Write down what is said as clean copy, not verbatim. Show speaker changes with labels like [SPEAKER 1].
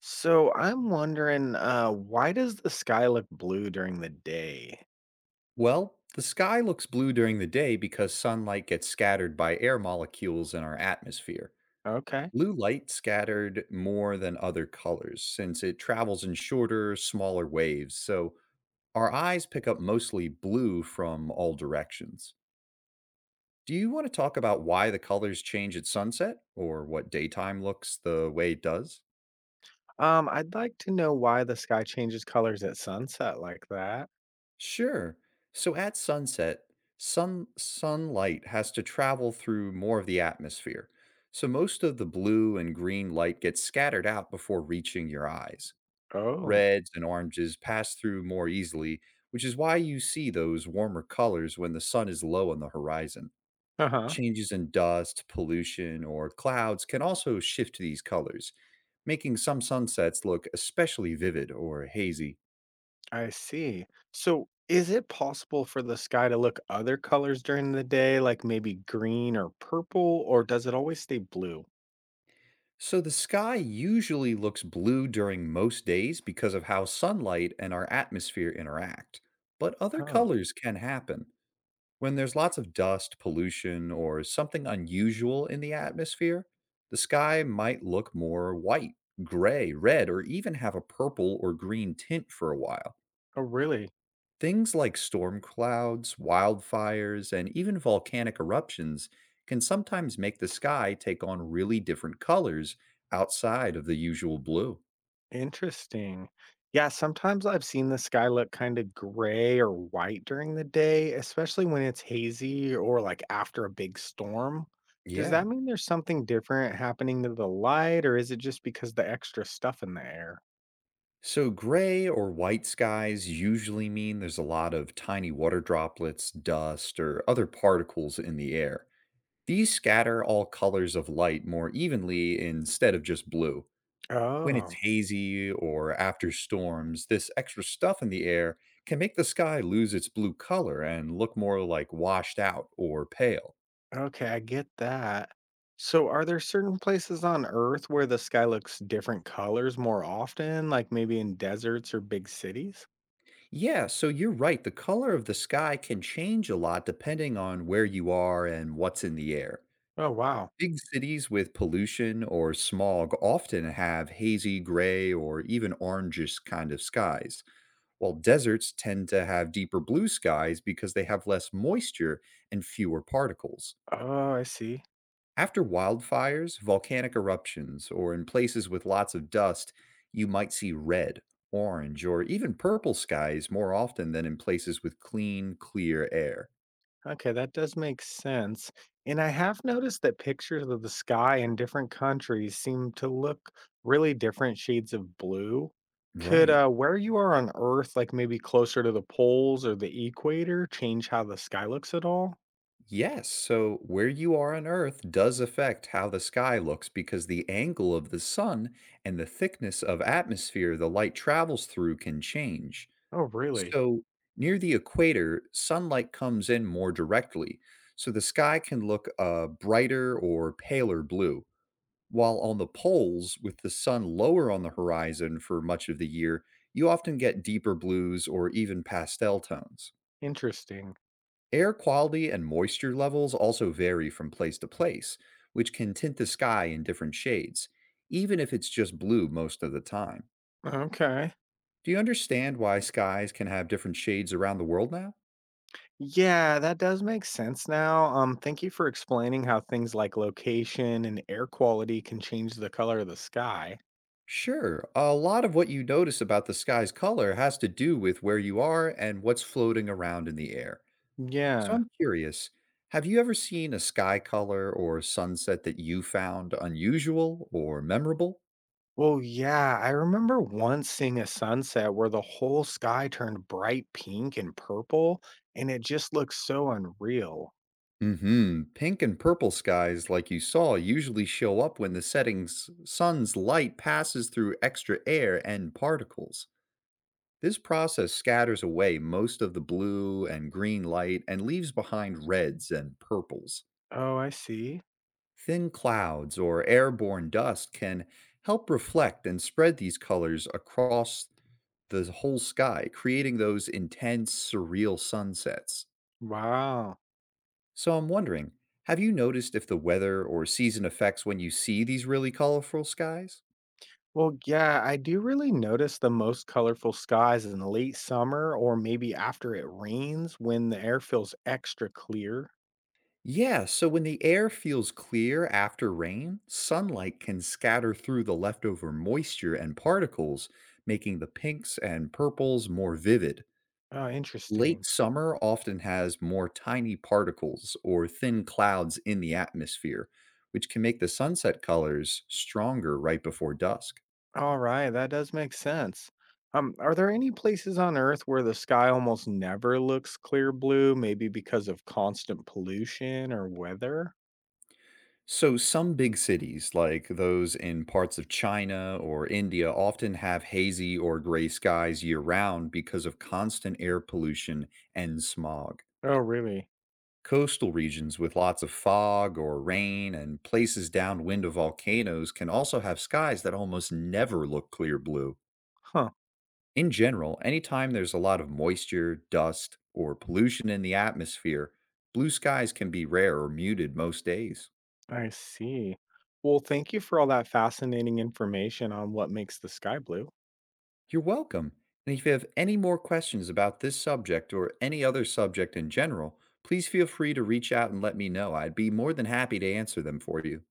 [SPEAKER 1] So I'm wondering, why does the sky look blue during the day?
[SPEAKER 2] Well, the sky looks blue during the day because sunlight gets scattered by air molecules in our atmosphere.
[SPEAKER 1] Okay.
[SPEAKER 2] Blue light scattered more than other colors since it travels in shorter, smaller waves, so our eyes pick up mostly blue from all directions. Do you want to talk about why the colors change at sunset or what daytime looks the way it does?
[SPEAKER 1] I'd like to know why the sky changes colors at sunset like that.
[SPEAKER 2] Sure. So at sunset, sunlight has to travel through more of the atmosphere. So most of the blue and green light gets scattered out before reaching your eyes.
[SPEAKER 1] Oh,
[SPEAKER 2] Reds and oranges pass through more easily, which is why you see those warmer colors when the sun is low on the horizon.
[SPEAKER 1] uh-huh.
[SPEAKER 2] Changes in dust, pollution, or clouds can also shift these colors, making some sunsets look especially vivid or hazy.
[SPEAKER 1] I see. So is it possible for the sky to look other colors during the day, like maybe green or purple, or does it always stay blue?
[SPEAKER 2] So the sky usually looks blue during most days because of how sunlight and our atmosphere interact. But other
[SPEAKER 1] Oh,
[SPEAKER 2] colors can happen. When there's lots of dust, pollution, or something unusual in the atmosphere, the sky might look more white, gray, red, or even have a purple or green tint for a while.
[SPEAKER 1] oh, really?
[SPEAKER 2] Things like storm clouds, wildfires, and even volcanic eruptions can sometimes make the sky take on really different colors outside of the usual blue.
[SPEAKER 1] Interesting. Yeah, sometimes I've seen the sky look kind of gray or white during the day, especially when it's hazy or like after a big storm. Does
[SPEAKER 2] Yeah.
[SPEAKER 1] that mean there's something different happening to the light, or is it just because the extra stuff in the air?
[SPEAKER 2] So, gray or white skies usually mean there's a lot of tiny water droplets, dust, or other particles in the air. These scatter all colors of light more evenly instead of just blue. When it's
[SPEAKER 1] Oh,
[SPEAKER 2] hazy or after storms, this extra stuff in the air can make the sky lose its blue color and look more like washed out or pale.
[SPEAKER 1] okay, I get that. So, are there certain places on Earth where the sky looks different colors more often, like maybe in deserts or big cities?
[SPEAKER 2] Yeah, so you're right. The color of the sky can change a lot depending on where you are and what's in the air.
[SPEAKER 1] Oh, wow.
[SPEAKER 2] Big cities with pollution or smog often have hazy gray or even orangish kind of skies, while deserts tend to have deeper blue skies because they have less moisture and fewer particles.
[SPEAKER 1] Oh, I see.
[SPEAKER 2] After wildfires, volcanic eruptions, or in places with lots of dust, you might see red, orange, or even purple skies more often than in places with clean, clear air.
[SPEAKER 1] Okay, that does make sense. And I have noticed that pictures of the sky in different countries seem to look really different shades of blue. Could
[SPEAKER 2] Right.
[SPEAKER 1] where you are on Earth, like maybe closer to the poles or the equator, change how the sky looks at all?
[SPEAKER 2] Yes. So where you are on Earth does affect how the sky looks because the angle of the sun and the thickness of atmosphere the light travels through can change.
[SPEAKER 1] Oh, really?
[SPEAKER 2] So, near the equator, sunlight comes in more directly, so the sky can look a brighter or paler blue. While on the poles, with the sun lower on the horizon for much of the year, you often get deeper blues or even pastel tones.
[SPEAKER 1] Interesting.
[SPEAKER 2] Air quality and moisture levels also vary from place to place, which can tint the sky in different shades, even if it's just blue most of the time.
[SPEAKER 1] Okay.
[SPEAKER 2] Do you understand why skies can have different shades around the world now?
[SPEAKER 1] Yeah, that does make sense now. Thank you for explaining how things like location and air quality can change the color of the sky.
[SPEAKER 2] Sure. A lot of what you notice about the sky's color has to do with where you are and what's floating around in the air. So
[SPEAKER 1] Yeah.
[SPEAKER 2] I'm curious, have you ever seen a sky color or sunset that you found unusual or memorable?
[SPEAKER 1] Well, yeah, I remember once seeing a sunset where the whole sky turned bright pink and purple, and it just looked so unreal.
[SPEAKER 2] Hmm. Pink and purple skies, like you saw, usually show up when the sun's light passes through extra air and particles. This process scatters away most of the blue and green light and leaves behind reds and purples.
[SPEAKER 1] Oh, I see.
[SPEAKER 2] Thin clouds or airborne dust can help reflect and spread these colors across the whole sky, creating those intense, surreal sunsets.
[SPEAKER 1] Wow.
[SPEAKER 2] So I'm wondering, have you noticed if the weather or season affects when you see these really colorful skies?
[SPEAKER 1] Well, yeah, I do really notice the most colorful skies in late summer or maybe after it rains when the air feels extra clear.
[SPEAKER 2] Yeah, so when the air feels clear after rain, sunlight can scatter through the leftover moisture and particles, making the pinks and purples more vivid.
[SPEAKER 1] Oh,
[SPEAKER 2] Late
[SPEAKER 1] interesting.
[SPEAKER 2] summer often has more tiny particles or thin clouds in the atmosphere, which can make the sunset colors stronger right before dusk.
[SPEAKER 1] All right, that does make sense. Are there any places on Earth where the sky almost never looks clear blue, maybe because of constant pollution or weather?
[SPEAKER 2] So, some big cities, like those in parts of China or India, often have hazy or gray skies year round because of constant air pollution and smog.
[SPEAKER 1] Oh, really?
[SPEAKER 2] Coastal regions with lots of fog or rain and places downwind of volcanoes can also have skies that almost never look clear blue.
[SPEAKER 1] Huh,
[SPEAKER 2] In general, anytime there's a lot of moisture, dust, or pollution in the atmosphere, blue skies can be rare or muted most days.
[SPEAKER 1] I see. Well, thank you for all that fascinating information on what makes the sky blue.
[SPEAKER 2] You're welcome. And if you have any more questions about this subject or any other subject in general, please feel free to reach out and let me know. I'd be more than happy to answer them for you.